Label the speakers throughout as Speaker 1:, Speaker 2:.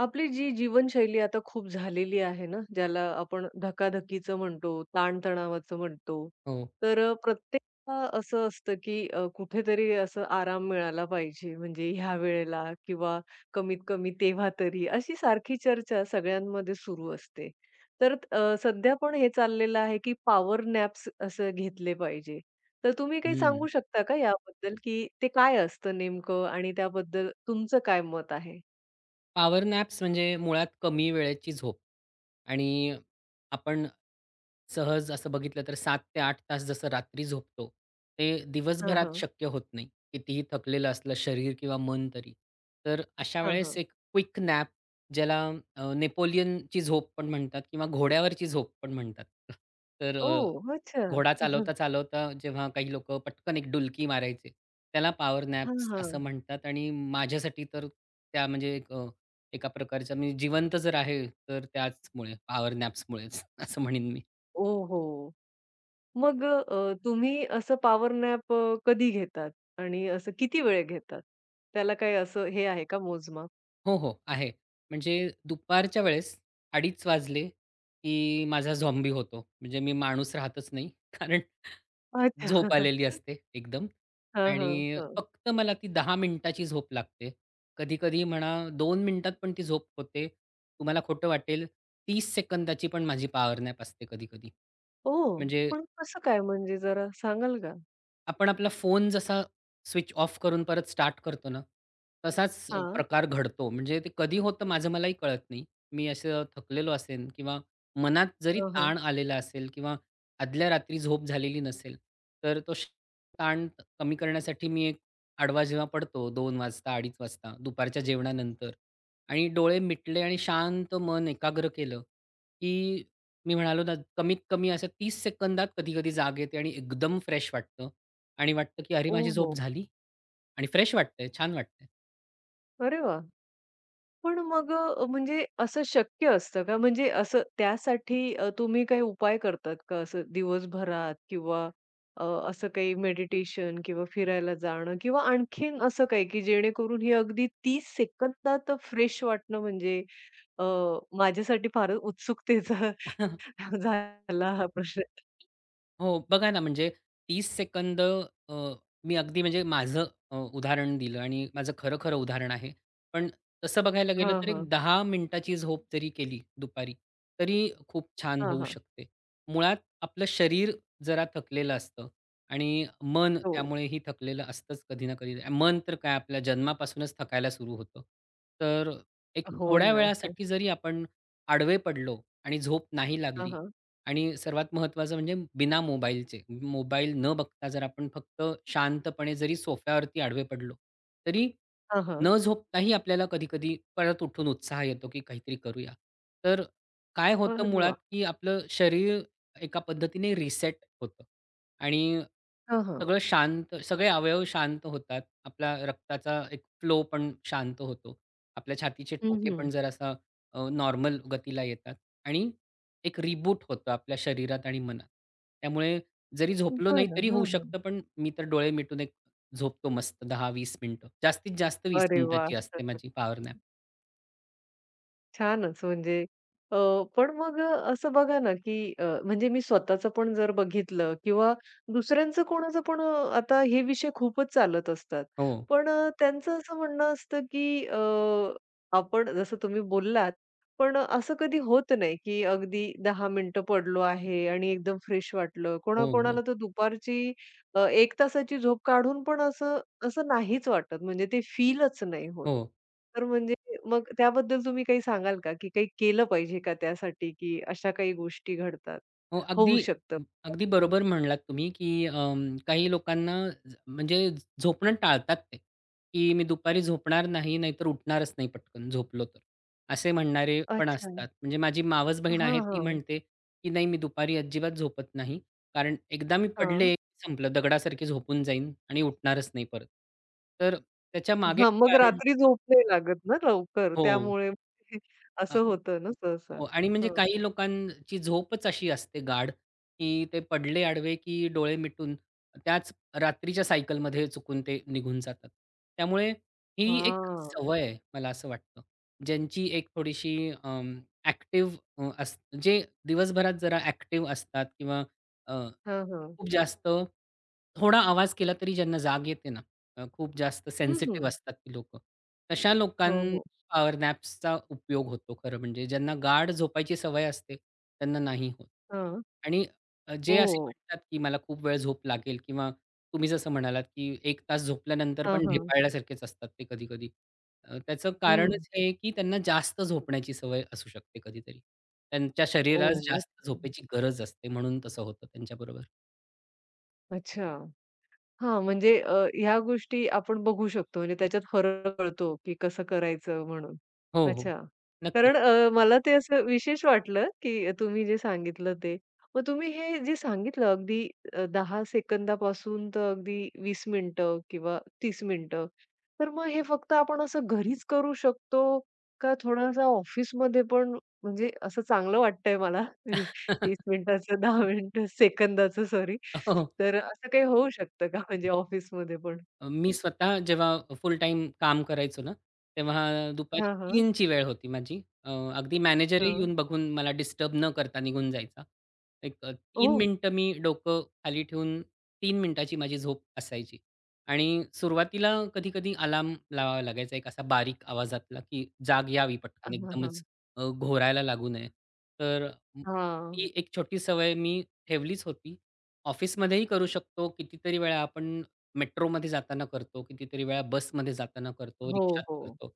Speaker 1: आपली जी जीवनशैली आता खूप झालेली आहे ना, ज्याला आपण धकाधकीचं म्हणतो, ताणतणावाचं म्हणतो.
Speaker 2: हो.
Speaker 1: तर प्रत्येकाला असं असतं, की कुठेतरी असं आराम मिळाला पाहिजे, म्हणजे ह्या वेळेला किंवा कमीत कमी तेव्हा तरी, अशी सारखी चर्चा सगळ्यांमध्ये सुरू असते. तर सध्या पण हे चाललेलं आहे, की पॉवर नॅप्स असं घेतले पाहिजे. तर तुम्ही काही
Speaker 2: हं.
Speaker 1: सांगू शकता का याबद्दल, की ते काय असतं नेमकं आणि त्याबद्दल तुमचं काय मत आहे?
Speaker 2: पॉवर नॅप्स म्हणजे मुळात कमी वेळेची झोप आणि आपण सहज असं बघितलं तर 7 ते 8 तास जसं रात्री झोपतो, ते
Speaker 1: हां,
Speaker 2: दिवसभरात
Speaker 1: हां.
Speaker 2: शक्य होत नाही. कितीही थकलेलं असलं शरीर किंवा मन तरी. तर अशा वेळेस
Speaker 1: हां,
Speaker 2: एक क्विक नॅप ज्याला नेपोलियनची झोप पण म्हणतात किंवा घोड्यावरची झोप पण म्हणतात. तर
Speaker 1: ओह! अच्छा.
Speaker 2: घोडा चालवता-चालवता जेव्हा काही लोकं पटकन एक डुलकी मारायचे, त्याला पॉवर
Speaker 1: हां,
Speaker 2: नॅप्स
Speaker 1: हां.
Speaker 2: असं म्हणतात आणि माझ्यासाठी तर त्या म्हणजे एका प्रकारच्या म्हणजे जिवंत जर आहे, तर त्याचमुळे पॉवर नॅप्समुळेच असं म्हणेन मी.
Speaker 1: ओहो! मग तुम्ही असं पॉवर नॅप कधी घेतात आणि असं किती वेळ घेतात? त्याला काही असं हे आहे का मोजमाप?
Speaker 2: हो, हो, आहे. म्हणजे दुपारच्या वेळेस 2:30 वाजले, की माझा झॉम्बी होतो. म्हणजे मी माणूस राहतच नाही. कारण झोप
Speaker 1: अच्छा.
Speaker 2: आलेली असते एकदम
Speaker 1: हां, हां,
Speaker 2: आणि
Speaker 1: हां.
Speaker 2: फक्त मला ती 10 मिनिटाची झोप लागते. कधी-कधी म्हणा 2 मिनिटात पण ती झोप होते. तुम्हाला खोटं वाटेल 30 सेकंदाची पण माझी पॉवर नॅप असते कधी-कधी.
Speaker 1: ओह!
Speaker 2: म्हणजे
Speaker 1: पण कसं काय म्हणजे जरा सांगाल का?
Speaker 2: आपण आपला फोन जसा स्विच ऑफ करून परत स्टार्ट करतो ना, तसाच
Speaker 1: हां.
Speaker 2: प्रकार घडतो. म्हणजे ते कधी होतं माझं मलाही कळत नाही. मी असं थकलेलो असेन किंवा मनात जरी
Speaker 1: हां, हां.
Speaker 2: ताण आलेला असेल किंवा आदल्या रात्री झोप झालेली नसेल, तर तो ताण कमी करण्यासाठी मी एक आडवा जेव्हा पडतो 2:00 वाजता, 2:30 वाजता दुपारच्या जेवणानंतर आणि डोळे मिटले आणि शांत मन एकाग्र केलं, की मी म्हणालो ना, कमीत कमी अशा 30 सेकंदात कधी-कधी जाग येते आणि एकदम फ्रेश वाटतं आणि वाटतं की अरे माझी झोप
Speaker 1: ओहो!
Speaker 2: झाली आणि फ्रेश वाटतंय, छान वाटतंय.
Speaker 1: अरे वाह! पण मग म्हणजे असं शक्य असतं का? म्हणजे असं त्यासाठी तुम्ही काही उपाय करतात का असं दिवसभरात किंवा असं काही मेडिटेशन किंवा फिरायला जाणं किंवा आणखीन असं काही की जेणेकरून हे अगदी 30 सेकंदात फ्रेश वाटणं म्हणजे अ, माझ्यासाठी फारच उत्सुकतेचा झाला हा प्रश्न.
Speaker 2: हो, बघा ना, म्हणजे 30 सेकंद मी अगदी म्हणजे माझं उदाहरण दिलं आणि माझं खरं-खरं उदाहरण आहे. पण तसं बघायला गेलं
Speaker 1: हां,
Speaker 2: तर
Speaker 1: हा
Speaker 2: एक 10 मिनिटाची झोप जरी केली दुपारी, तरी खूप छान
Speaker 1: हां,
Speaker 2: होऊ
Speaker 1: हां.
Speaker 2: शकते. मुळात आपलं शरीर जरा थकलेलं असतं आणि मन
Speaker 1: हो.
Speaker 2: त्यामुळेही थकलेलं असतंच कधी ना कधी. मन तर काय आपल्या जन्मापासूनच थकायला सुरू होतं. तर एक
Speaker 1: हो
Speaker 2: थोड्या
Speaker 1: ना. हं.
Speaker 2: वेळासाठी जरी आपण आडवे पडलो आणि झोप नाही
Speaker 1: हां,
Speaker 2: लागली,
Speaker 1: हां.
Speaker 2: आणि सर्वात महत्त्वाचं म्हणजे बिना मोबाईलचे. मोबाईल न बघता जर आपण फक्त शांतपणे जरी सोफ्यावरती आडवे पडलो, तरी
Speaker 1: हां,
Speaker 2: न झोपताही आपल्याला कधी-कधी परत उठून उत्साह येतो, की काहीतरी करूया. तर काय होतं
Speaker 1: अरे
Speaker 2: मुळात,
Speaker 1: वाह!
Speaker 2: की आपलं शरीर एका पद्धतीने रिसेट होतं आणि
Speaker 1: हां, हां.
Speaker 2: सगळं शांत सगळे अवयव शांत होतात. आपला रक्ताचा एक फ्लो पण शांत होतो. आपल्या छातीचे
Speaker 1: हं,
Speaker 2: ठोके
Speaker 1: हं.
Speaker 2: पण जरासा नॉर्मल गतीला येतात आणि एक रिबूट होतं आपल्या शरीरात आणि मनात. त्यामुळे जरी झोपलो नाही
Speaker 1: बरं.
Speaker 2: तरी होऊ
Speaker 1: हां, हां.
Speaker 2: शकतं, पण मी तर डोळे मिटून एक झोपतो मस्त 10-20 मिनिटं. जास्तीत जास्त 20
Speaker 1: अरे वाह!
Speaker 2: मिनिटाची असते माझी पॉवर नॅप.
Speaker 1: छानच म्हणजे अ, पण मग असं बघा ना, की म्हणजे मी स्वतःचं पण जर बघितलं किंवा दुसऱ्यांचं कोणाचं पण आता हे विषय खूपच चालत असतात.
Speaker 2: हो.
Speaker 1: पण त्यांचं असं म्हणणं असतं, की आपण जसं तुम्ही बोललात, पण असं कधी होत नाही, की अगदी 10 मिनिटं पडलो आहे आणि एकदम फ्रेश वाटलं.
Speaker 2: हो, हो.
Speaker 1: कोणाकोणाला तर दुपारची 1 तासाची झोप काढून पण असं असं नाहीच वाटत, म्हणजे ते फीलच नाही होत.
Speaker 2: हो.
Speaker 1: तर म्हणजे मग त्याबद्दल तुम्ही काही सांगाल का, की काही केलं पाहिजे का त्यासाठी, की अशा काही गोष्टी घडतात?
Speaker 2: हो,
Speaker 1: होऊ
Speaker 2: अगदी
Speaker 1: शकतं.
Speaker 2: अगदी बरोबर म्हणलात तुम्ही, की काही लोकांना म्हणजे झोपणं टाळतात ते, की मी दुपारी झोपणार नाही, नाहीतर उठणारच नाही पटकन झोपलो तर, असे म्हणणारे पण
Speaker 1: अच्छा.
Speaker 2: असतात. म्हणजे माझी मावस बहीण
Speaker 1: हां,
Speaker 2: आहे ती
Speaker 1: हां.
Speaker 2: म्हणते, की "नाही मी दुपारी अजिबात झोपत नाही, कारण एकदा मी पडले
Speaker 1: हां.
Speaker 2: की संपलं दगडासारखी झोपून जाईन आणि उठणारच नाही परत." तर त्याच्या मागे
Speaker 1: हां, मग
Speaker 2: कारण
Speaker 1: रात्री झोप नाही लागत ना लवकर,
Speaker 2: हो.
Speaker 1: त्यामुळे
Speaker 2: अ,
Speaker 1: असं होतं ना सहसा.
Speaker 2: हो आणि म्हणजे
Speaker 1: हं.
Speaker 2: काही लोकांची झोपच अशी असते गाढ, की ते पडले आडवे, की डोळे मिटून त्याच रात्रीच्या सायकलमध्ये चुकून ते निघून जातात. त्यामुळे ही एक
Speaker 1: हां.
Speaker 2: सवय आहे मला असं वाटतं. ज्यांची एक थोडीशी अं, ॲक्टिव्ह अ, अस जे दिवसभरात जरा ॲक्टिव्ह असतात किंवा अ,
Speaker 1: हां, हां.
Speaker 2: खूप जास्त थोडा आवाज केला तरी ज्यांना जाग येते ना, खूप जास्त
Speaker 1: हं, हं.
Speaker 2: सेन्सिटिव्ह असतात ती लोकं. तशा लोकां
Speaker 1: हो, हो.
Speaker 2: पॉवर नॅप्सचा उपयोग होतो खरं म्हणजे. ज्यांना गाढ झोपायची सवय असते, त्यांना नाही होत.
Speaker 1: हां.
Speaker 2: आणि जे असे
Speaker 1: ओह!
Speaker 2: म्हणतात, की मला खूप वेळ झोप लागेल किंवा तुम्ही जसं म्हणालात, की एक तास झोपल्यानंतर
Speaker 1: हां,
Speaker 2: पण
Speaker 1: हां.
Speaker 2: ढेपाळल्यासारखेच असतात ते कधी-कधी. त्याचं
Speaker 1: हं.
Speaker 2: कारणच हे आहे, की त्यांना जास्त झोपण्याची सवय असू शकते कधीतरी. त्यांच्या शरीरास
Speaker 1: ओह! अच्छा.
Speaker 2: जास्त झोपेची गरज असते म्हणून तसं होतं त्यांच्याबरोबर.
Speaker 1: अच्छा. हां, म्हणजे ह्या गोष्टी आपण बघू शकतो. म्हणजे त्याच्यात फरक कळतो, की कसं करायचं म्हणून.
Speaker 2: हो, हो.
Speaker 1: अच्छा.
Speaker 2: नक्कीच.
Speaker 1: कारण मला ते असं विशेष वाटलं, की तुम्ही जे सांगितलं ते. मग तुम्ही हे जे सांगितलं अगदी 10 सेकंदापासून तर अगदी 20 मिनिटं किंवा 30 मिनिटं. तर मग हे फक्त आपण असं घरीच करू शकतो का थोडासा ऑफिसमध्ये पण म्हणजे असं चांगलं वाटतंय मला 30 मिनिटाचं, 10 मिनिटं, सेकंदाचं सॉरी.
Speaker 2: हो, हो.
Speaker 1: तर असं काही होऊ शकतं का म्हणजे ऑफिसमध्ये पण?
Speaker 2: मी स्वतः जेव्हा फुल टाईम काम करायचो ना, तेव्हा दुपारी
Speaker 1: हां, हां.
Speaker 2: 3ची वेळ होती माझी. अ, अगदी मॅनेजरही
Speaker 1: हां.
Speaker 2: येऊन बघून मला डिस्टर्ब न करता निघून जायचा. एक 3
Speaker 1: ओह!
Speaker 2: मिनिटं मी डोकं खाली ठेवून 3 मिनिटाची माझी झोप असायची. आणि सुरुवातीला कधी-कधी अलार्म लावावा लागायचा एक असा बारीक आवाजातला, की जाग यावी पटकन
Speaker 1: हां,
Speaker 2: एकदमच
Speaker 1: हां.
Speaker 2: घोरायला लागू नये. तर
Speaker 1: हां.
Speaker 2: ती एक छोटी सवय मी ठेवलीच होती. ऑफिसमध्येही करू शकतो. कितीतरी वेळा आपण मेट्रोमध्ये जाताना करतो, कितीतरी वेळा बसमध्ये जाताना करतो,
Speaker 1: हो,
Speaker 2: रिक्षात
Speaker 1: हो.
Speaker 2: करतो.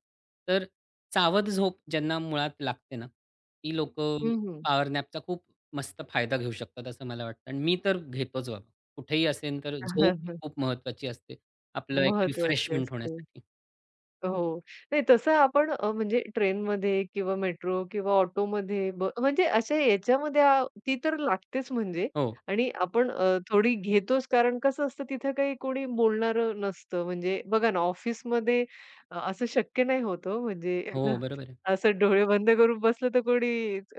Speaker 2: तर सावध झोप ज्यांना मुळात लागते ना, ती लोकं
Speaker 1: हं, हं.
Speaker 2: पॉवर नॅपचा खूप मस्त फायदा घेऊ शकतात असं मला वाटतं आणि मी तर घेतोच बाबा. कुठेही असेन तर झोप ही खूप महत्त्वाची असते. आपलं एक
Speaker 1: महत्वाची
Speaker 2: रिफ्रेशमेंट
Speaker 1: असते.
Speaker 2: होण्यासाठी.
Speaker 1: हो. नाही तसं आपण म्हणजे ट्रेनमध्ये किंवा मेट्रो किंवा ऑटोमध्ये ब म्हणजे अशा याच्यामध्ये ती तर लागतेच म्हणजे
Speaker 2: हो.
Speaker 1: आणि आपण थोडी घेतोच कारण कसं असतं तिथं काही कोणी बोलणारं नसतं. म्हणजे बघा ना ऑफिसमध्ये असं शक्य नाही होत हो म्हणजे
Speaker 2: हो, बरोबर
Speaker 1: असं डोळे बंद करून बसलं तर कोणी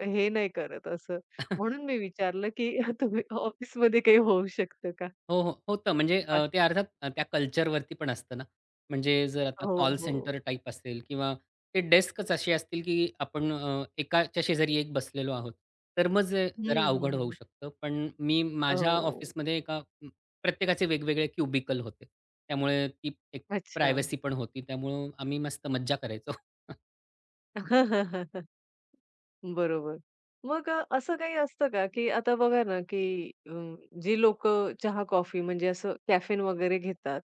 Speaker 1: हे नाही करत असं.
Speaker 2: आहे.
Speaker 1: म्हणून मी विचारलं की तुम्ही ऑफिसमध्ये काही होऊ शकतं का?
Speaker 2: हो, हो. होतं म्हणजे
Speaker 1: बाकी
Speaker 2: ते अर्थात त्या कल्चरवरती पण असतं ना. म्हणजे जर आता
Speaker 1: हो,
Speaker 2: कॉल
Speaker 1: हो.
Speaker 2: सेंटर टाइप असेल किंवा ते डेस्कच असे असतील, की आपण एकाच्या शेजारी एक बसलेलो आहोत. तर मग जे
Speaker 1: हं,
Speaker 2: जरा
Speaker 1: हं,
Speaker 2: अवघड होऊ
Speaker 1: हं.
Speaker 2: शकतं. पण मी माझ्या
Speaker 1: हो.
Speaker 2: ऑफिसमध्ये एका प्रत्येकाचे वेगवेगळे क्युबिकल होते. त्यामुळे ती एक
Speaker 1: अच्छा.
Speaker 2: प्रायव्हसी पण होती. त्यामुळं आम्ही मस्त मज्जा करायचो.
Speaker 1: बरोबर. मग असं काही असतं का, की आता बघा ना, की जी लोक चहा-कॉफी म्हणजे असं कॅफेन वगैरे घेतात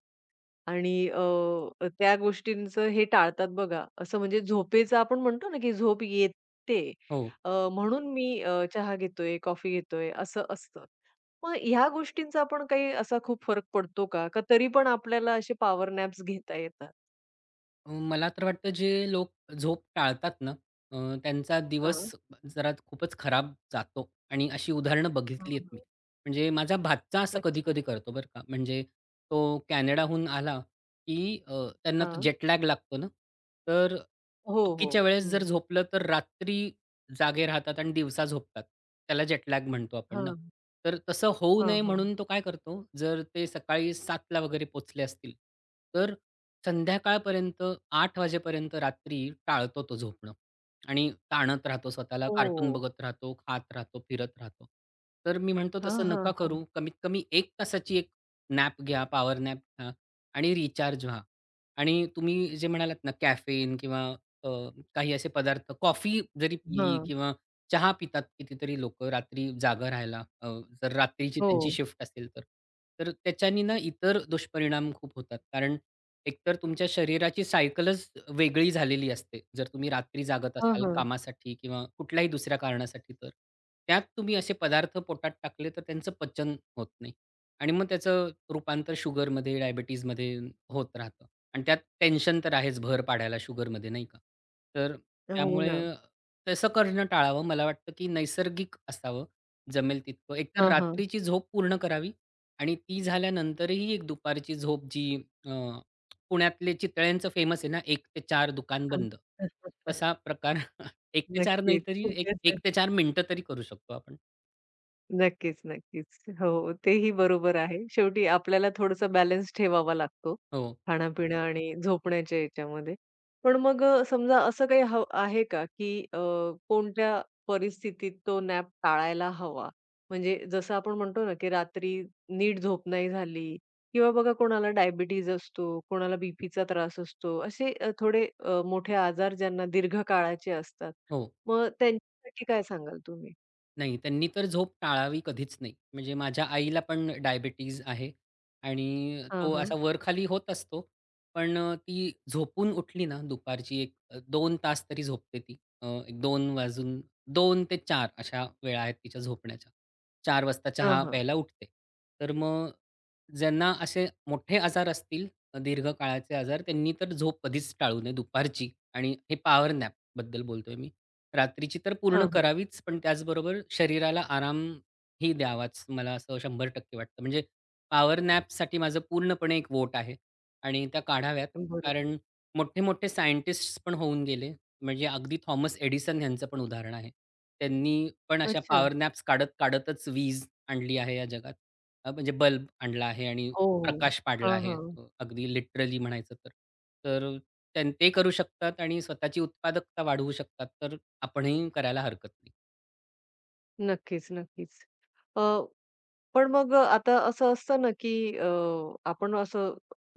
Speaker 1: आणि त्या गोष्टींचं हे टाळतात बघा. असं म्हणजे झोपेचं आपण म्हणतो ना, की झोप येते
Speaker 2: हो.
Speaker 1: म्हणून मी चहा घेतोय, कॉफी घेतोय असं असतं. मग ह्या गोष्टींचा आपण काही असा खूप फरक पडतो का? का तरी पण आपल्याला असे पॉवर नॅप्स घेता येतात?
Speaker 2: मला तर वाटतं जे लोक झोप टाळतात ना, अ, त्यांचा दिवस
Speaker 1: हां.
Speaker 2: जरा खूपच खराब जातो आणि अशी उदाहरणं
Speaker 1: हां,
Speaker 2: बघितली आहेत मी.
Speaker 1: हां.
Speaker 2: म्हणजे माझा भाचा असं
Speaker 1: अच्छा.
Speaker 2: कधी-कधी करतो बरं का. म्हणजे तो कॅनडाहून आला, की त्यांना तो
Speaker 1: हां.
Speaker 2: जेट लॅग लागतो ना, तर
Speaker 1: हो,
Speaker 2: चुकीच्या वेळेस जर
Speaker 1: हो.
Speaker 2: झोपलं तर रात्री जागे राहतात आणि दिवसा झोपतात. त्याला जेट म्हणतो आपण ना.
Speaker 1: हां,
Speaker 2: तर तसं होऊ
Speaker 1: हां,
Speaker 2: नये
Speaker 1: हां.
Speaker 2: म्हणून तो काय करतो, जर ते सकाळी 7:00 वगैरे पोहोचले असतील, तर संध्याकाळपर्यंत 8:00 वाजेपर्यंत रात्री टाळतो तो झोपणं आणि ताणत राहतो स्वतःला, कार्टून
Speaker 1: हो.
Speaker 2: बघत राहतो, खात राहतो, फिरत राहतो. तर मी म्हणतो
Speaker 1: हां,
Speaker 2: तसं
Speaker 1: हां,
Speaker 2: नका
Speaker 1: हां.
Speaker 2: करू. कमीत कमी एक तासाची एक नॅप घ्या, पॉवर नॅप घ्या आणि रिचार्ज व्हा. आणि तुम्ही जे म्हणालात ना कॅफेन किंवा अ, काही असे पदार्थ कॉफी जरी पिली
Speaker 1: हां.
Speaker 2: किंवा चहा पितात कितीतरी लोकं रात्री जागा राहायला जर रात्रीची त्यांची
Speaker 1: हो.
Speaker 2: शिफ्ट असेल तर. तर त्याच्यानी ना इतर दुष्परिणाम खूप होतात कारण एकतर तुमच्या शरीराची सायकलच वेगळी झालेली असते. जर तुम्ही रात्री जागत
Speaker 1: हां,
Speaker 2: असाल
Speaker 1: हां.
Speaker 2: कामासाठी किंवा कुठल्याही दुसऱ्या कारणासाठी तर. त्यात तुम्ही असे पदार्थ पोटात टाकले तर त्यांचं पचन होत नाही आणि मग त्याचं रूपांतर शुगरमध्ये, डायबिटीजमध्ये होत राहतं आणि त्यात टेन्शन तर आहेच भर पाडायला शुगरमध्ये नाही का. तर
Speaker 1: हो
Speaker 2: त्यामुळे
Speaker 1: ना.
Speaker 2: तसं करणं टाळावं. मला वाटतं की नैसर्गिक असावं जमेल तितकं. एकतर
Speaker 1: हां, हां.
Speaker 2: रात्रीची झोप पूर्ण करावी आणि ती झाल्यानंतरही एक दुपारची झोप जी अ, पुण्यातले चितळ्यांचं फेमस आहे ना, एक ते चार दुकान
Speaker 1: हां.
Speaker 2: बंद. तसा प्रकार एक ते चार नाही
Speaker 1: नक्कीच.
Speaker 2: तरी एक 1 ते चार मिनिटं तरी करू शकतो आपण.
Speaker 1: नक्कीच, नक्कीच. हो, तेही बरोबर आहे. शेवटी आपल्याला थोडासा बॅलन्स ठेवावा लागतो,
Speaker 2: हो,
Speaker 1: खाणं-पिणं आणि झोपण्याच्या याच्यामध्ये. पण मग समजा असं काही हव आहे का, की कोणत्या परिस्थितीत तो नॅप टाळायला हवा? म्हणजे जसं आपण म्हणतो ना, की रात्री नीट झोप नाही झाली किंवा बघा कोणाला डायबिटीज असतो, कोणाला बीपीचा त्रास असतो. असे थोडे मोठे आजार ज्यांना दीर्घकाळाचे असतात.
Speaker 2: हो.
Speaker 1: मग त्यांच्यासाठी काय सांगाल तुम्ही?
Speaker 2: नाही, त्यांनी तर झोप टाळावी कधीच नाही. म्हणजे माझ्या आईला पण डायबिटीज आहे आणि
Speaker 1: हां,
Speaker 2: तो असा
Speaker 1: हां.
Speaker 2: वर-खाली होत असतो. पण ती झोपून उठली ना दुपारची एक 2 तास तरी झोपते ती. अ, 2 वाजून 2 ते 4 अशा वेळा आहेत तिच्या झोपण्याच्या. 4 वाजता
Speaker 1: हां,
Speaker 2: चहा
Speaker 1: हां.
Speaker 2: प्यायला उठते. तर मग ज्यांना असे मोठे आजार असतील दीर्घकाळाचे आजार, त्यांनी तर झोप कधीच टाळू नये दुपारची आणि हे पॉवर नॅप बद्दल बोलतोय मी. रात्रीची तर पूर्ण
Speaker 1: हां, हां.
Speaker 2: करावीच, पण त्याचबरोबर शरीराला आराम ही द्यावाच, मला असं 100% वाटतं. म्हणजे पॉवर नॅपसाठी माझं पूर्णपणे एक व्होट आहे आणि त्या काढाव्यात.
Speaker 1: बरोबर.
Speaker 2: कारण मोठे-मोठे सायंटिस्ट्स पण होऊन गेले म्हणजे अगदी थॉमस एडिसन यांचं पण उदाहरण आहे. त्यांनी पण अशा
Speaker 1: अच्छा.
Speaker 2: पॉवर नॅप्स काढत-काढतच वीज आणली आहे या जगात. म्हणजे बल्ब आणला आहे आणि
Speaker 1: हो, हो.
Speaker 2: प्रकाश पाडला
Speaker 1: हां,
Speaker 2: आहे.
Speaker 1: हां.
Speaker 2: अगदी लिटरली म्हणायचं तर. तर ते करू शकतात आणि स्वतःची उत्पादकता वाढवू शकतात, तर आपणही करायला हरकत नाही.
Speaker 1: नक्कीच, नक्कीच. अ, पण मग आता असं असतं ना, की अ, आपण असं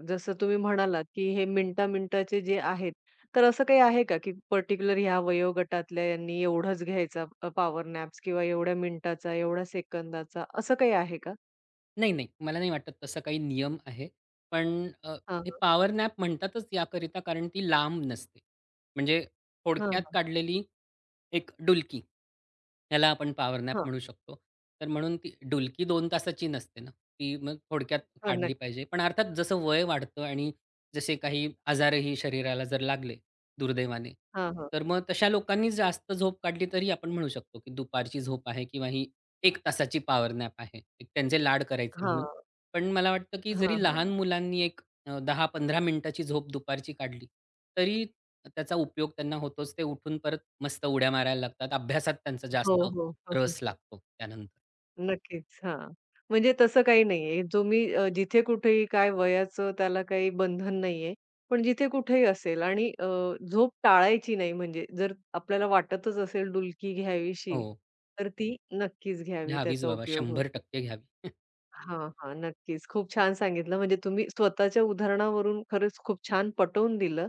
Speaker 1: जसं तुम्ही म्हणालात, की हे मिनिटा-मिनिटाचे जे आहेत, तर असं काही आहे का, की पर्टिक्युलर ह्या वयोगटातल्या यांनी एवढाच घ्यायचा पॉवर नॅप्स किंवा एवढ्या मिनिटाचा, एवढ्या सेकंदाचा असं काही आहे का?
Speaker 2: नाही, नाही. मला नाही वाटत तसा काही नियम आहे. पण अ,
Speaker 1: हां,
Speaker 2: हे
Speaker 1: हां.
Speaker 2: पॉवर नॅप म्हणतातच याकरिता कारण ती लांब नसते. म्हणजे
Speaker 1: हां,
Speaker 2: थोडक्यात
Speaker 1: हां.
Speaker 2: काढलेली एक डुलकी. ह्याला आपण पॉवर नॅप
Speaker 1: हां,
Speaker 2: म्हणू शकतो. तर म्हणून ती डुलकी 2 तासाची नसते ना. ती मग थोडक्यात
Speaker 1: हां.
Speaker 2: काढली
Speaker 1: नक्की.
Speaker 2: पाहिजे. पण अर्थात जसं वय वाढतं आणि जसे काही आजारही शरीराला जर लागले दुर्दैवाने,
Speaker 1: हां, हां.
Speaker 2: तर मग तशा लोकांनी जास्त झोप काढली तरी आपण म्हणू शकतो की दुपारची झोप आहे किंवा ही एक तासाची पॉवर नॅप आहे. एक त्यांचे लाड करायचे
Speaker 1: हां.
Speaker 2: म्हणून. पण मला वाटतं, की
Speaker 1: हां,
Speaker 2: जरी लहान
Speaker 1: हां.
Speaker 2: मुलांनी एक 10-15 मिनिटाची झोप दुपारची काढली, तरी त्याचा उपयोग त्यांना होतोच. ते उठून परत मस्त उड्या मारायला लागतात. अभ्यासात त्यांचा
Speaker 1: हो,
Speaker 2: जास्त
Speaker 1: हो.
Speaker 2: रस लागतो त्यानंतर.
Speaker 1: नक्कीच. हां. म्हणजे तसं काही नाहीये. जो मी जिथे कुठेही काय वयाचं त्याला काही बंधन नाहीये. पण जिथे कुठेही असेल आणि झोप टाळायची नाही म्हणजे जर आपल्याला वाटतच असेल डुलकी घ्यावीशी,
Speaker 2: हो,
Speaker 1: तर ती नक्कीच घ्यावी.
Speaker 2: घ्यावीच
Speaker 1: त्याचा
Speaker 2: बाबा
Speaker 1: उपयोग होतो.
Speaker 2: 100% घ्यावी.
Speaker 1: हां, हां. नक्कीच. खूप छान सांगितलं. म्हणजे तुम्ही स्वतःच्या उदाहरणावरून खरंच खूप छान पटवून दिलं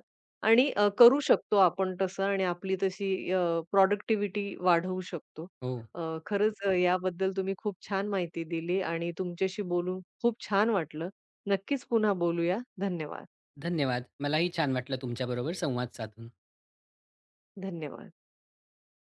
Speaker 1: आणि करू शकतो आपण तसं आणि आपली तशी प्रॉडक्टिव्हिटी वाढवू शकतो.
Speaker 2: हो,
Speaker 1: अ, खरंच याबद्दल तुम्ही खूप छान माहिती दिली आणि तुमच्याशी बोलून खूप छान वाटलं. नक्कीच पुन्हा बोलूया. धन्यवाद.
Speaker 2: धन्यवाद. मलाही छान वाटलं तुमच्याबरोबर संवाद साधून.
Speaker 1: धन्यवाद.